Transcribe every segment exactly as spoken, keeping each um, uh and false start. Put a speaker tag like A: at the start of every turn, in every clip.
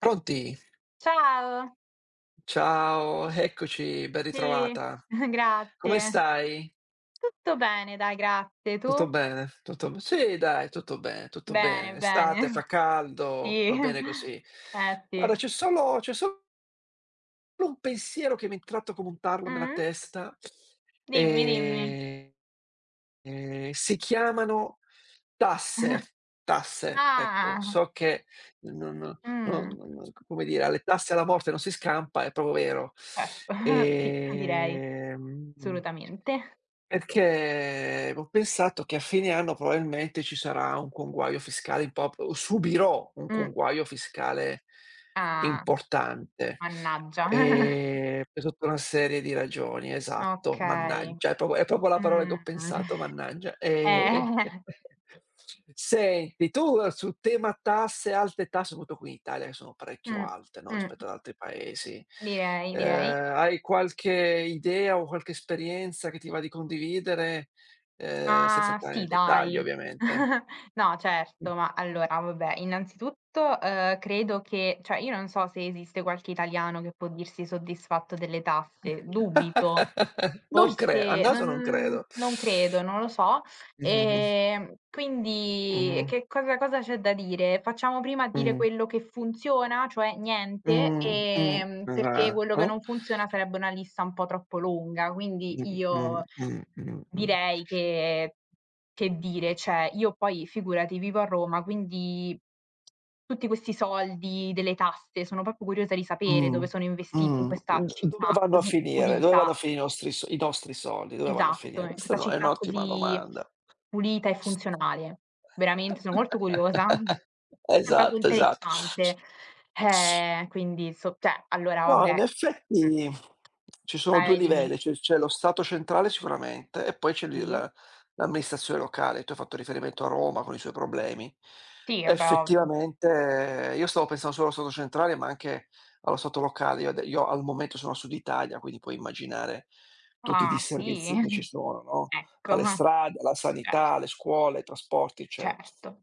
A: Pronti?
B: Ciao,
A: Ciao, eccoci, ben
B: sì,
A: ritrovata. Come
B: grazie.
A: stai?
B: Tutto bene dai, grazie.
A: Tutto
B: Tu?
A: bene? Tutto be Sì dai, tutto bene, tutto bene.
B: Bene, bene.
A: Estate, fa caldo,
B: Sì,
A: va bene così.
B: eh sì.
A: Guarda, c'è solo c'è solo un pensiero che mi è entrato come un tarlo nella
B: Mh?
A: testa.
B: Dimmi, dimmi.
A: ehm Ehm, si chiamano tasse, tasse, ecco.
B: Ah,
A: So che non non
B: mh,
A: non come dire, alle tasse alla morte non si scampa, è proprio vero.
B: certo. Sì, direi,
A: Ehm
B: assolutamente.
A: Perché ho pensato che a fine anno probabilmente ci sarà un conguaglio fiscale un po' o subirò un
B: Mh.
A: conguaglio fiscale
B: Ah,
A: importante,
B: mannaggia.
A: ehm, per tutta una serie di ragioni, esatto,
B: Okay.
A: mannaggia, è proprio è proprio la parola che
B: Mh.
A: ho pensato, mannaggia, ehm
B: Eh.
A: Senti, tu eh, sul tema tasse, alte tasse, soprattutto qui in Italia che sono parecchio
B: Mh,
A: alte, no,
B: mh.
A: rispetto ad altri paesi,
B: Direi, direi.
A: ehm, hai qualche idea o qualche esperienza che ti va di condividere, ehm, senza
B: Ma
A: entrare
B: sì
A: nel dettaglio
B: dai.
A: ovviamente?
B: No
A: Mh.
B: certo, ma allora vabbè, innanzitutto, ehm, credo che cioè io non so se esiste qualche italiano che può dirsi soddisfatto delle tasse, dubito.
A: Non cre A
B: Forse
A: naso non
B: non
A: credo.
B: non credo, non lo so.
A: Mh-mh,
B: Ehm, quindi
A: mh-mh,
B: che cosa cosa c'è da dire? Facciamo prima dire
A: mh,
B: quello che funziona, cioè niente,
A: mh, mh,
B: ehm, perché quello che
A: esatto.
B: non funziona sarebbe una lista un po' troppo lunga, quindi
A: Mh, mh,
B: io.
A: mh, mh, mh.
B: Direi che che dire, cioè io poi figurati vivo a Roma, quindi tutti questi soldi delle tasse, sono proprio curiosa di sapere
A: Mh,
B: dove sono investiti in
A: mh.
B: questa
A: D Dove
B: città
A: vanno a
B: così
A: finire? Dove
B: pulita.
A: vanno a finire i nostri so i nostri soldi? Dove vanno a
B: Esatto,
A: finire?
B: in
A: Questa è
B: questa
A: un'o è
B: città
A: un'ottima
B: così
A: domanda.
B: pulita e funzionale. Veramente sono molto curiosa. È proprio
A: Esatto, esatto.
B: interessante. Eh, quindi so cioè allora
A: No,
B: vabbè,
A: in
B: mh,
A: effetti ci sono
B: vai,
A: due
B: vai, dimmi.
A: livelli, c'è c'è lo Stato centrale sicuramente e poi c'è l'i
B: Sì?
A: la l'amministrazione locale. Tu hai fatto riferimento a Roma con i suoi problemi.
B: Sì, vabbè ovvio.
A: Effettivamente io stavo pensando solo allo Stato centrale, ma anche allo Stato locale. Io ade io al momento sono a Sud Italia, quindi puoi immaginare tutti i
B: Ah, sì?
A: disservizi che ci sono, no,
B: Ecco,
A: dalle
B: ah,
A: strade, alla
B: cer
A: sanità, alle scuole, ai trasporti, eccetera.
B: certo.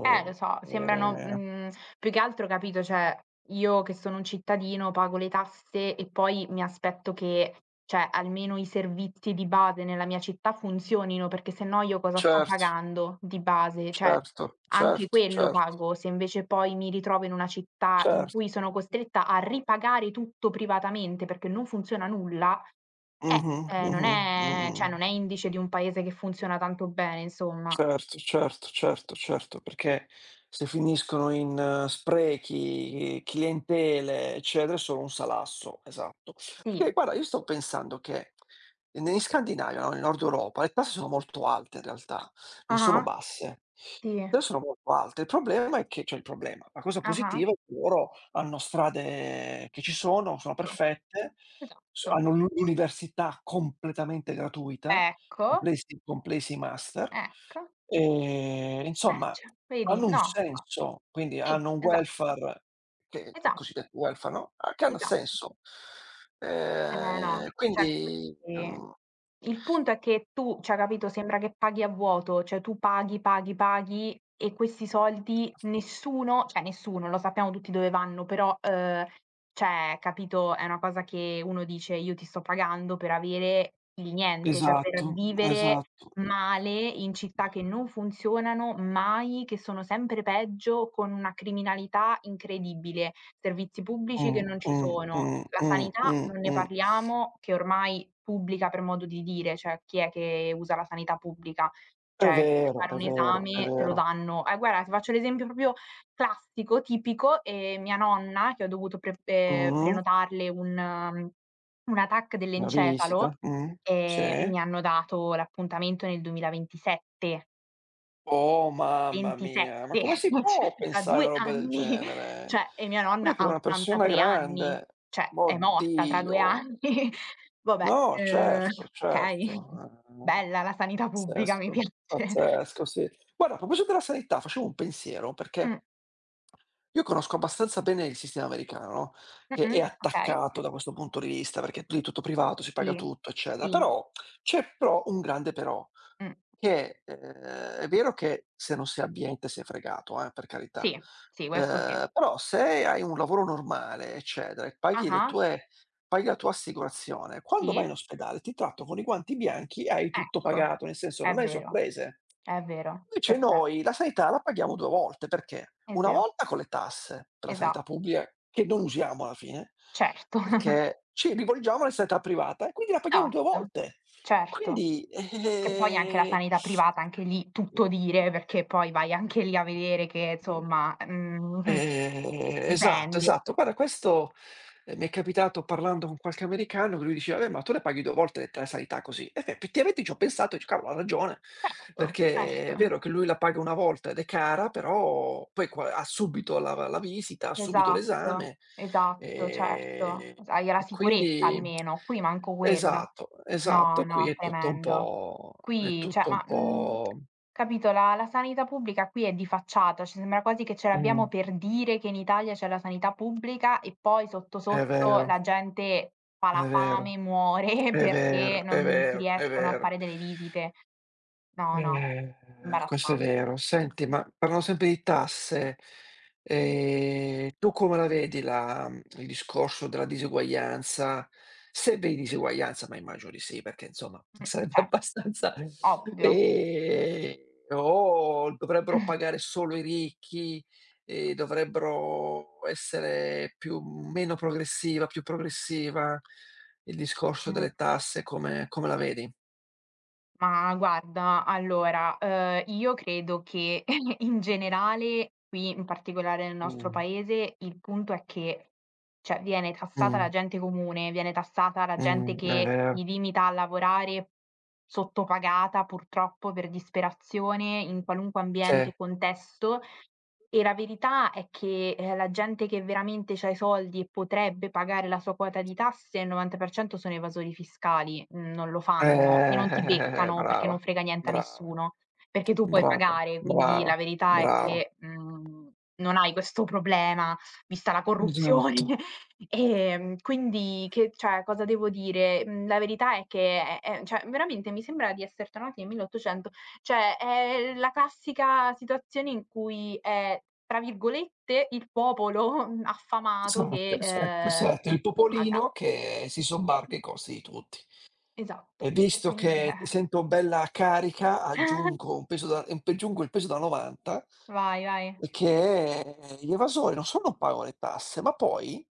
B: Eh, lo so, sembrano,
A: ehm
B: mhmm, più che altro capito, cioè, io che sono un cittadino, pago le tasse e poi mi aspetto che, cioè, almeno i servizi di base nella mia città funzionino, perché se no io cosa sto
A: certo,
B: pagando di base? Cioè,
A: certo,
B: anche
A: certo,
B: quello
A: certo,
B: pago. Se invece poi mi ritrovo in una città in
A: certo.
B: cui sono costretta a ripagare tutto privatamente perché non funziona nulla, eh,
A: Mh-mh,
B: ehm, non
A: mh-mh,
B: è
A: mh-mh.
B: cioè non è indice di un paese che funziona tanto bene insomma.
A: Certo, certo, certo, certo, perché se finiscono in eh, sprechi, clientele, eccetera, è solo un salasso, esatto. Perché
B: Sì.
A: guarda, io sto pensando che in Scandinavia, no, nel Nord Europa, le tasse sono molto alte in realtà, non sono
B: Ah-ah,
A: basse.
B: sì,
A: Però sono molto alte. Il problema è che cioè il problema, la cosa
B: ah-ah,
A: positiva è che loro hanno strade che ci sono, sono
B: ecco,
A: perfette, s
B: esatto.
A: hanno l'università completamente gratuita,
B: Ecco,
A: complessi complessi master.
B: ecco.
A: Ehm,
B: Eh,
A: insomma,
B: cioè, vedi?
A: hanno un
B: No, infatti.
A: senso, quindi
B: Sì,
A: hanno un
B: esa
A: welfare che
B: esatto,
A: cosiddetto welfare, no, a che hanno
B: esatto.
A: senso.
B: Eh, no,
A: Ehm,
B: cioè
A: quindi,
B: quindi
A: mhmm
B: il punto è che tu cioè capito, sembra che paghi a vuoto, cioè tu paghi, paghi, paghi e questi soldi nessuno cioè nessuno, lo sappiamo tutti dove vanno, però, uhm, cioè capito, è una cosa che uno dice: "Io ti sto pagando per avere il niente, cioè per
A: Esatto,
B: vivere
A: esatto.
B: male in città che non funzionano mai, che sono sempre peggio, con una criminalità incredibile" servizi pubblici che
A: Mh,
B: non ci
A: mh,
B: sono,
A: mh,
B: la
A: mh,
B: sanità
A: mh,
B: non ne
A: mh.
B: parliamo, che ormai pubblica per modo di dire, cioè chi è che usa la sanità pubblica?
A: È
B: Cioè che per
A: vero,
B: fare
A: è
B: un
A: vero, è
B: esame te lo
A: vero.
B: danno eh guarda ti faccio l'esempio proprio classico, tipico, ehm, mia nonna che ho dovuto pre ehm,
A: Mh-mh.
B: prenotarle un una TAC
A: Una visita,
B: dell'encefalo,
A: mh, sì.
B: ehm, mi hanno dato l'appuntamento nel duemilaventisette.
A: Oh mamma mia, ma
B: ventisette,
A: come si
B: c
A: può
B: tra
A: pensare a una
B: due
A: roba del
B: anni,
A: genere?
B: cioè e mia
A: Poi
B: nonna
A: per
B: ha
A: una persona
B: ottantatré anni,
A: grande,
B: cioè è morta tra due
A: oddio.
B: anni. Vabbè,
A: No,
B: ehm,
A: certo,
B: okay,
A: certo, ehm,
B: bella la sanità pubblica, mi
A: pazzesco,
B: piace.
A: pazzesco, sì. Guarda, a proposito della sanità, facevo un pensiero
B: Mh,
A: perché io conosco abbastanza bene il sistema americano, no, che è
B: mh-mh, okay,
A: attaccato da questo punto di vista, perché lì è tutto privato, si paga
B: sì,
A: tutto, eccetera.
B: sì,
A: Però c'è però un grande però.
B: mh,
A: Che, ehm, è vero che se non sei abbiente sei fregato, eh, per carità.
B: sì, sì, questo sì.
A: Ehm, però se hai un lavoro normale, eccetera, e paghi le
B: Ah-ah,
A: tue paghi la tua assicurazione, quando vai
B: sì,
A: in ospedale ti tratto con i guanti bianchi e hai tutto
B: ecco,
A: pagato, nel senso
B: è
A: non hai
B: vero,
A: sorprese.
B: è vero,
A: Invece noi
B: perfetto.
A: la sanità la paghiamo due volte, perché? Una
B: Esa
A: volta con le tasse per la sanità
B: esa
A: pubblica, che non usiamo alla fine,
B: certo,
A: perché ci rivolgiamo alla sanità privata e quindi la paghiamo due
B: esatto,
A: volte.
B: certo.
A: Quindi,
B: Che poi anche la
A: eh
B: sanità privata, anche lì tutto dire, perché poi vai anche lì a vedere che,
A: Mh, mh, mh.
B: insomma, mhmm,
A: Ehm, esatto,
B: dipende.
A: esatto. Guarda questo, ehm, mi è capitato parlando con qualche americano che lui diceva: "Vabbè, ma tu le paghi due volte le la sanità così." E effettivamente ci ho pensato, dice: "Cavolo, ha ragione."
B: Certo,
A: Perché
B: certo.
A: è vero che lui la paga una volta ed è cara, però poi qua ha subito la la visita, ha subito
B: Esatto,
A: l'esame,
B: esatto, certo.
A: ehm,
B: S Hai la
A: e
B: sicurezza
A: quindi
B: almeno, qui manco quella.
A: esatto,
B: No,
A: esatto, qui
B: no,
A: è tutto un
B: tremendo.
A: po' è
B: Qui cioè
A: tutto un
B: ma, mhmm,
A: po'
B: capito, la la sanità pubblica qui è di facciata, ci sembra quasi che ce l'abbiamo
A: mh,
B: per dire che in Italia c'è la sanità pubblica e poi sotto,
A: è
B: sotto
A: vero,
B: la gente fa
A: è
B: la
A: vero,
B: fame, muore
A: è vero,
B: perché
A: è
B: non si
A: vero, è
B: riescono a
A: vero.
B: fare delle visite. No, no,
A: Eh, Questo è
B: imbarazzante.
A: vero. Senti, ma parlando sempre di tasse, ehm, tu come la vedi la mhmm, il discorso della disuguaglianza? Se vedi disuguaglianza, ma immagino di sì, perché insomma
B: Mh,
A: sarebbe
B: certo,
A: abbastanza,
B: ovvio.
A: ehm, o dovrebbero pagare solo i ricchi, ehm, dovrebbero essere più meno progressiva, più progressiva? Il discorso
B: Mh.
A: delle tasse come come la vedi?
B: Ma guarda, allora, uhm, io credo che in generale, qui in particolare nel nostro
A: Mh.
B: paese, il punto è che, cioè viene tassata la
A: Mh.
B: gente comune, viene tassata la gente
A: Mh, è
B: che
A: vero.
B: si limita a lavorare, sottopagata purtroppo per disperazione in qualunque
A: Sì.
B: ambiente e
A: Eh,
B: contesto. E la verità è che, ehm, la gente che veramente c'ha i soldi e potrebbe pagare la sua quota di tasse, il novanta per cento sono evasori fiscali, mhmm, non lo fanno e
A: eh,
B: non ti
A: eh, eh,
B: beccano perché
A: brava,
B: non frega niente a
A: brava,
B: nessuno, perché tu puoi
A: brava,
B: pagare. Quindi la
A: brava,
B: verità è
A: brava.
B: che, mhmm, non hai questo problema, vista la corruzione.
A: Esatto,
B: Ehm, quindi che cioè, cosa devo dire? Mhmm, la verità è che è è cioè, veramente mi sembra di esser tornati nel milleottocento, cioè, è la classica situazione in cui è, tra virgolette, "il popolo" affamato
A: esatto,
B: che,
A: esatto,
B: ehm,
A: esatto. Il
B: paga.
A: popolino che si sobbarca i costi di tutti. E
B: Esatto. E
A: visto
B: quindi,
A: che ti
B: eh.
A: sento bella carica, aggiungo un peso da ehm, aggiungo il peso da novanta.
B: Vai, vai.
A: Perché gli evasori non solo non pagano le tasse, ma poi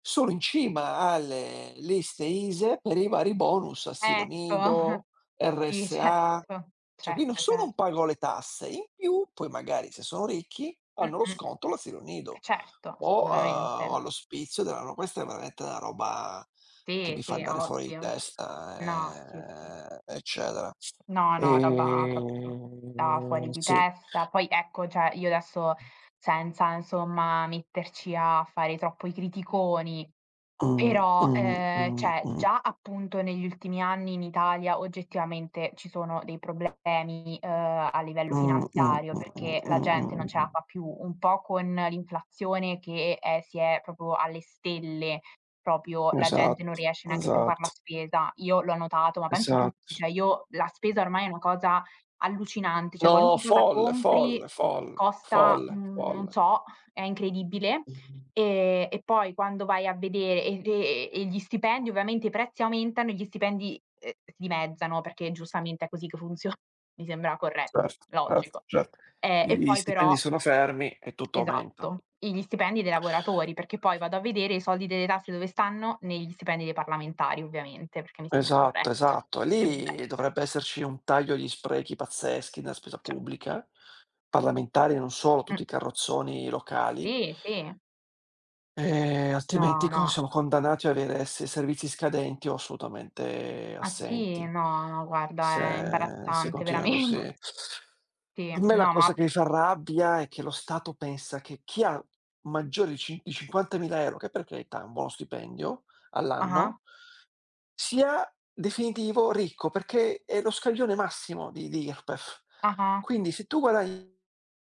A: sono in cima alle liste ISEE per i vari bonus, asilo
B: Ecco,
A: nido,
B: sì,
A: R S A,
B: certo,
A: cioè qui non
B: certo,
A: solo
B: cer
A: non pagano le tasse, in più poi magari se sono ricchi hanno lo
B: mh-mh.
A: sconto all'asilo nido
B: Certo,
A: o, ehm, o
B: assolutamente.
A: all'ospizio della no, questa è veramente una roba che
B: Sì,
A: mi fa
B: sì,
A: andare fuori di
B: ovvio. No, sì, sì.
A: testa, ehm, eccetera.
B: No, no, roba proprio da
A: Ehm,
B: fuori di
A: sì.
B: testa. Poi ecco, cioè io adesso senza insomma metterci a fare troppo i criticoni,
A: Mh,
B: però,
A: mh,
B: ehm,
A: mh,
B: cioè
A: mh,
B: già appunto negli ultimi anni in Italia oggettivamente ci sono dei problemi, ehm, a livello
A: mh, mh,
B: finanziario,
A: mh,
B: perché la
A: mh,
B: gente non ce
A: mh.
B: la fa più, un po' con l'inflazione che è si è proprio alle stelle, proprio la gente non
A: Esatto,
B: riesce neanche più a far la
A: esatto,
B: spesa. Io l'ho notato, ma penso tutti,
A: esatto.
B: cioè io la spesa ormai è una cosa allucinante, cioè
A: No,
B: qualunque cosa
A: folle,
B: compri
A: folle, folle,
B: costa,
A: folle,
B: mhmm, non
A: folle.
B: so, è incredibile.
A: Mh-mh.
B: Ehm, e poi quando vai a vedere e e e gli stipendi ovviamente i prezzi aumentano e gli stipendi, ehm, si dimezzano perché giustamente è così che funziona. Mi sembra corretto,
A: Certo, certo,
B: logico.
A: certo.
B: Ehm, e
A: Gli
B: poi
A: stipendi
B: però.
A: sono fermi e tutto aumenta.
B: Esatto, e gli stipendi dei lavoratori, perché poi vado a vedere i soldi delle tasse dove stanno, negli stipendi dei parlamentari ovviamente, perché mi sembra
A: Esatto,
B: corretto.
A: esatto. E
B: Che be
A: lì dovrebbe esserci un taglio agli sprechi pazzeschi nella spesa
B: cioè
A: pubblica, parlamentari e non solo,
B: mh,
A: tutti i carrozzoni locali.
B: sì, sì.
A: Ehm, altrimenti
B: No,
A: co
B: no.
A: siamo condannati a avere se servizi scadenti o assolutamente
B: Ma sì,
A: assenti.
B: no, no, guarda è
A: Se se
B: imbarazzante
A: continua così.
B: veramente. Sì,
A: A me la
B: no,
A: cosa
B: ma
A: che mi fa rabbia è che lo Stato pensa che chi ha maggiori cin di cinquantamila €, che per carità è un buono stipendio
B: ah-ah,
A: all'anno, sia definitivo ricco, perché è lo scaglione massimo di di IRPEF.
B: ah-ah.
A: Quindi se tu guadagni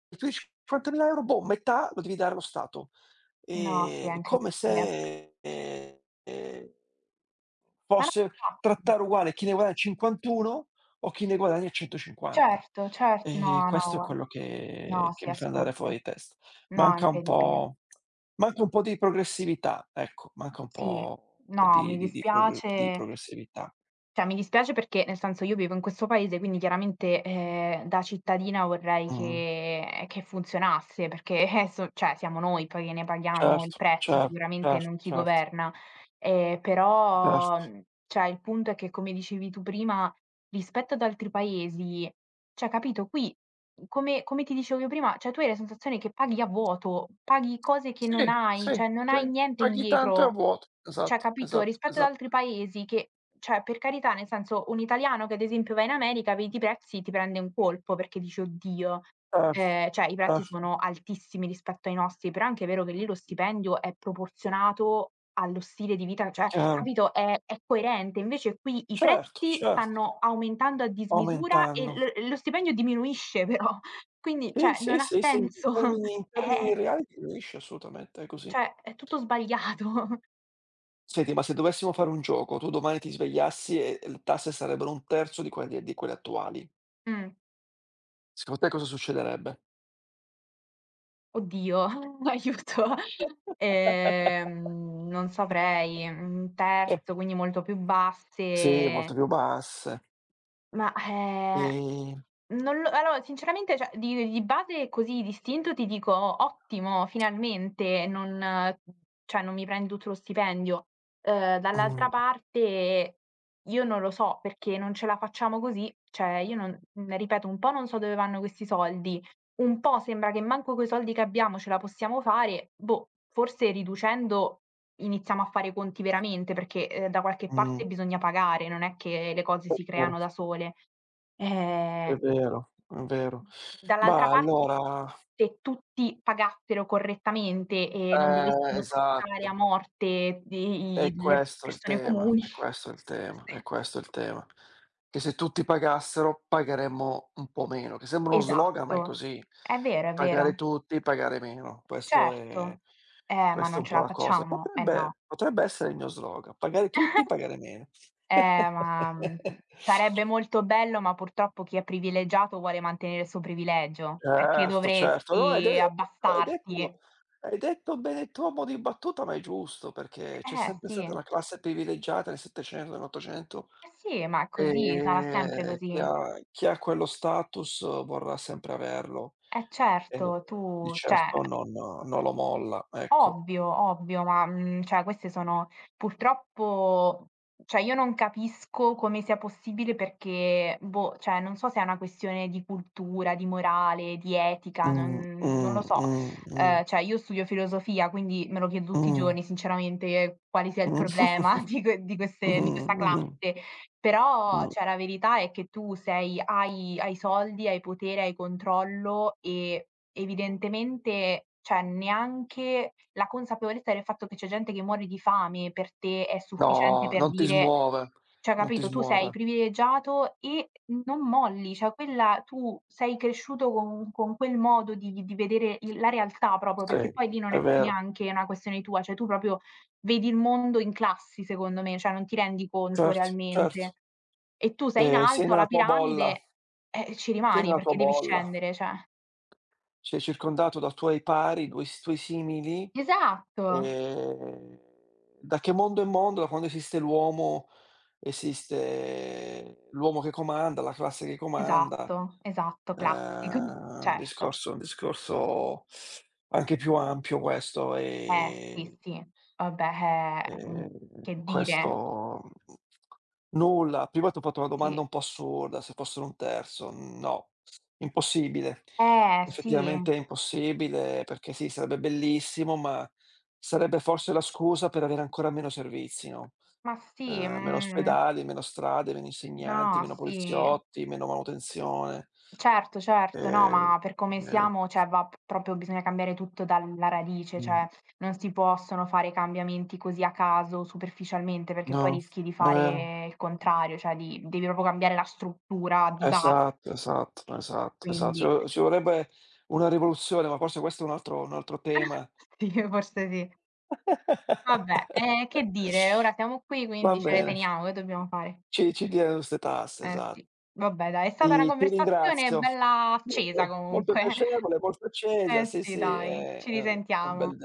A: più di cinquantamila €, boh, metà lo devi dare allo Stato.
B: No, sì, è
A: Ehm, come
B: incredibile.
A: se, ehm
B: Ma no,
A: fosse
B: infatti.
A: trattare uguale chi ne guadagna cinquantuno o chi ne guadagna centocinquanta.
B: Certo, cer no,
A: Ehm,
B: no,
A: questo è
B: gua
A: quello che
B: no,
A: che
B: sì,
A: mi fa andare fuori
B: assurdo.
A: di testa.
B: No,
A: Manca un
B: incredibile.
A: po' manca un po' di progressività, ecco, manca un
B: Sì.
A: po'
B: No,
A: di
B: mi
A: di di progr di
B: dispiace.
A: progressività.
B: Cioè, mi dispiace perché, nel senso, io vivo in questo paese, quindi chiaramente, ehm, da cittadina vorrei
A: Mh.
B: che che funzionasse, perché, eh, so cioè siamo noi poi che ne paghiamo il
A: Certo,
B: prezzo,
A: certo,
B: sicuramente
A: certo,
B: non chi
A: certo,
B: governa. Ehm, però,
A: certo.
B: mhmm, cioè il punto è che, come dicevi tu prima, rispetto ad altri paesi cioè capito, qui come come ti dicevo io prima, cioè tu hai la sensazione che paghi a vuoto, paghi cose che
A: Sì,
B: non hai,
A: sì,
B: cioè non hai
A: sì,
B: niente
A: paghi tanto e a
B: indietro.
A: vuoto.
B: Cioè
A: Esatto,
B: capito,
A: esatto,
B: rispetto ad altri
A: esatto.
B: paesi che cioè per carità, nel senso un italiano che ad esempio va in America, vedi i prezzi, ti prende un colpo perché dici: "Oddio".
A: Certo,
B: Ehm, cioè i prezzi
A: certo,
B: sono altissimi rispetto ai nostri, però è anche vero che lì lo stipendio è proporzionato allo stile di vita cioè,
A: chiaro.
B: capito, è è coerente. Invece qui i
A: Certo,
B: prezzi
A: certo,
B: stanno aumentando a dismisura e
A: aumentando.
B: l lo stipendio diminuisce però. Quindi,
A: Sì,
B: cioè,
A: sì,
B: non ha
A: sì, sì, in
B: senso.
A: termini in
B: È
A: termini
B: è
A: reali ti riesci, assolutamente, è così.
B: cioè, è tutto sbagliato.
A: Senti, ma se dovessimo fare un gioco, tu domani ti svegliassi e e le tasse sarebbero un terzo di quelle di quelle attuali,
B: Mh.
A: secondo te cosa succederebbe?
B: Oddio, aiuto. Ehm, non saprei. Un terzo, quindi molto più
A: Sì, molto
B: basse.
A: più basse.
B: Ma, ehm,
A: Ehm,
B: non lo allora sinceramente cioè di di base così d'istinto ti dico: "Ottimo, finalmente non mhmm, cioè non mi prendi tutto lo stipendio". Uhm,
A: mh,
B: dall'altra parte io non lo so perché non ce la facciamo così, cioè io non mhmm, ripeto, un po' non so dove vanno questi soldi. Un po' sembra che manco coi soldi che abbiamo ce la possiamo fare, boh, forse riducendo iniziamo a fare i conti veramente, perché, ehm, da qualche
A: mh,
B: parte bisogna pagare, non è che le cose
A: è
B: si
A: vero,
B: creano da sole.
A: è
B: Ehm,
A: vero, è vero.
B: dall'altra
A: Ma
B: parte
A: allora
B: se tutti pagassero correttamente e non
A: eh,
B: dovessimo tassare a
A: esatto.
B: morte di
A: È
B: i le
A: questo è il
B: persone
A: tema,
B: comuni,
A: è questo il tema, è
B: forse
A: questo il tema. Che se tutti pagassero pagheremmo un po' meno, che sembra uno slogan, ma è
B: esatto.
A: così.
B: È vero, è
A: Pagare
B: vero.
A: tutti, pagare meno. Questo è
B: Certo. Eh, ma
A: questa è
B: non
A: un
B: ce
A: po'
B: la
A: la cosa.
B: facciamo, eh no.
A: Potrebbe potrebbe essere il mio slogan: pagare tutti, pagare meno.
B: Eh, ma, mhmm, sarebbe molto bello, ma purtroppo chi è privilegiato vuole mantenere il suo privilegio, perché
A: Certo, certo. No, hai de
B: dovresti
A: hai
B: abbassarti.
A: detto hai detto bene tu a mo' di battuta, ma è giusto, perché c'è
B: Eh
A: sempre
B: sì,
A: stata la classe privilegiata nel settecento e nell'ottocento.
B: eh sì, ma è così, sarà sempre
A: Ehm,
B: così.
A: chi ha chi ha quello status vorrà sempre averlo
B: Eh
A: e
B: certo,
A: di
B: tu cioè,
A: certo non non lo molla, ecco.
B: ovvio, ovvio, ma, mhmm, cioè queste sono purtroppo cioè io non capisco come sia possibile perché, boh, cioè non so se è una questione di cultura, di morale, di etica,
A: Mh,
B: non non
A: mh,
B: lo so.
A: mh, mh,
B: Ehm, cioè io studio filosofia, quindi me lo chiedo
A: mh,
B: tutti i
A: mh.
B: giorni sinceramente quale sia il problema di que di queste di
A: Mh-mh,
B: questa
A: mh-mh,
B: classe. Però,
A: mh.
B: cioè, la verità è che tu sei hai hai soldi, hai potere, hai controllo e evidentemente, cioè, neanche la consapevolezza del fatto che c'è gente che muore di fame per te è sufficiente
A: No,
B: per
A: non ti
B: dire
A: smuove,
B: cioè,
A: non ti
B: capito, tu sei
A: smuove.
B: privilegiato e non molli, cioè quella tu sei cresciuto con con quel modo di di vedere il la realtà proprio,
A: Sì,
B: perché poi lì non
A: è
B: è più
A: vero.
B: neanche una questione tua, cioè tu proprio vedi il mondo in classi secondo me, cioè non ti rendi conto
A: Certo, certo.
B: realmente. E tu sei in
A: Ehm, sei
B: alto alla
A: nella tua bolla,
B: piramide, eh, ci
A: sei
B: rimani
A: nella tua
B: perché devi
A: bolla.
B: scendere, cioè.
A: Sei circondato da tuoi pari, dui s tuoi simili,
B: Esatto,
A: ehm, da che mondo è mondo, da quando esiste l'uomo, esiste l'uomo che comanda, la classe che comanda,
B: esatto, esatto, classico,
A: ehm, un
B: certo.
A: discorso un discorso anche più ampio questo.
B: Eh,
A: ehm,
B: sì, sì. Vabbè, eh, mhmm,
A: ehm,
B: che dire,
A: questo Nulla, prima t'ho fatto una domanda
B: sì.
A: un po' assurda, se fossero un terzo. No, impossibile.
B: Eh, sì,
A: Effettivamente è impossibile perché sì, sarebbe bellissimo, ma sarebbe forse la scusa per avere ancora meno servizi, no,
B: ma sì,
A: ehm, meno
B: mhmm,
A: ospedali, meno strade, meno insegnanti,
B: no,
A: meno
B: sì.
A: poliziotti, meno manutenzione.
B: Certo, certo, no,
A: Ehm,
B: ma per come
A: ehm,
B: siamo, cioè va p proprio bisogna cambiare tutto dalla radice,
A: mh,
B: cioè non si possono fare cambiamenti così a caso, superficialmente, perché poi
A: no,
B: rischi di
A: è vero.
B: fare il contrario, cioè di devi proprio cambiare la struttura di base,
A: Esatto, esatto, esatto, esatto. Ci
B: quindi
A: vo ci vorrebbe una rivoluzione, ma forse questo è un altro un altro tema.
B: sì, forse sì. Vabbè, ehm, che dire, ora siamo qui,
A: Va
B: quindi ce le
A: bene.
B: teniamo, che dobbiamo fare?
A: Ci ci diano 'ste tasse,
B: Eh
A: esatto.
B: sì. Vabbè dai, è stata una
A: Ti ti
B: conversazione
A: ringrazio.
B: bella accesa
A: Molto molto
B: comunque.
A: piacevole, molto accesa,
B: Eh
A: sì,
B: sì,
A: sì,
B: dai,
A: è
B: ci
A: è è un
B: risentiamo.
A: bel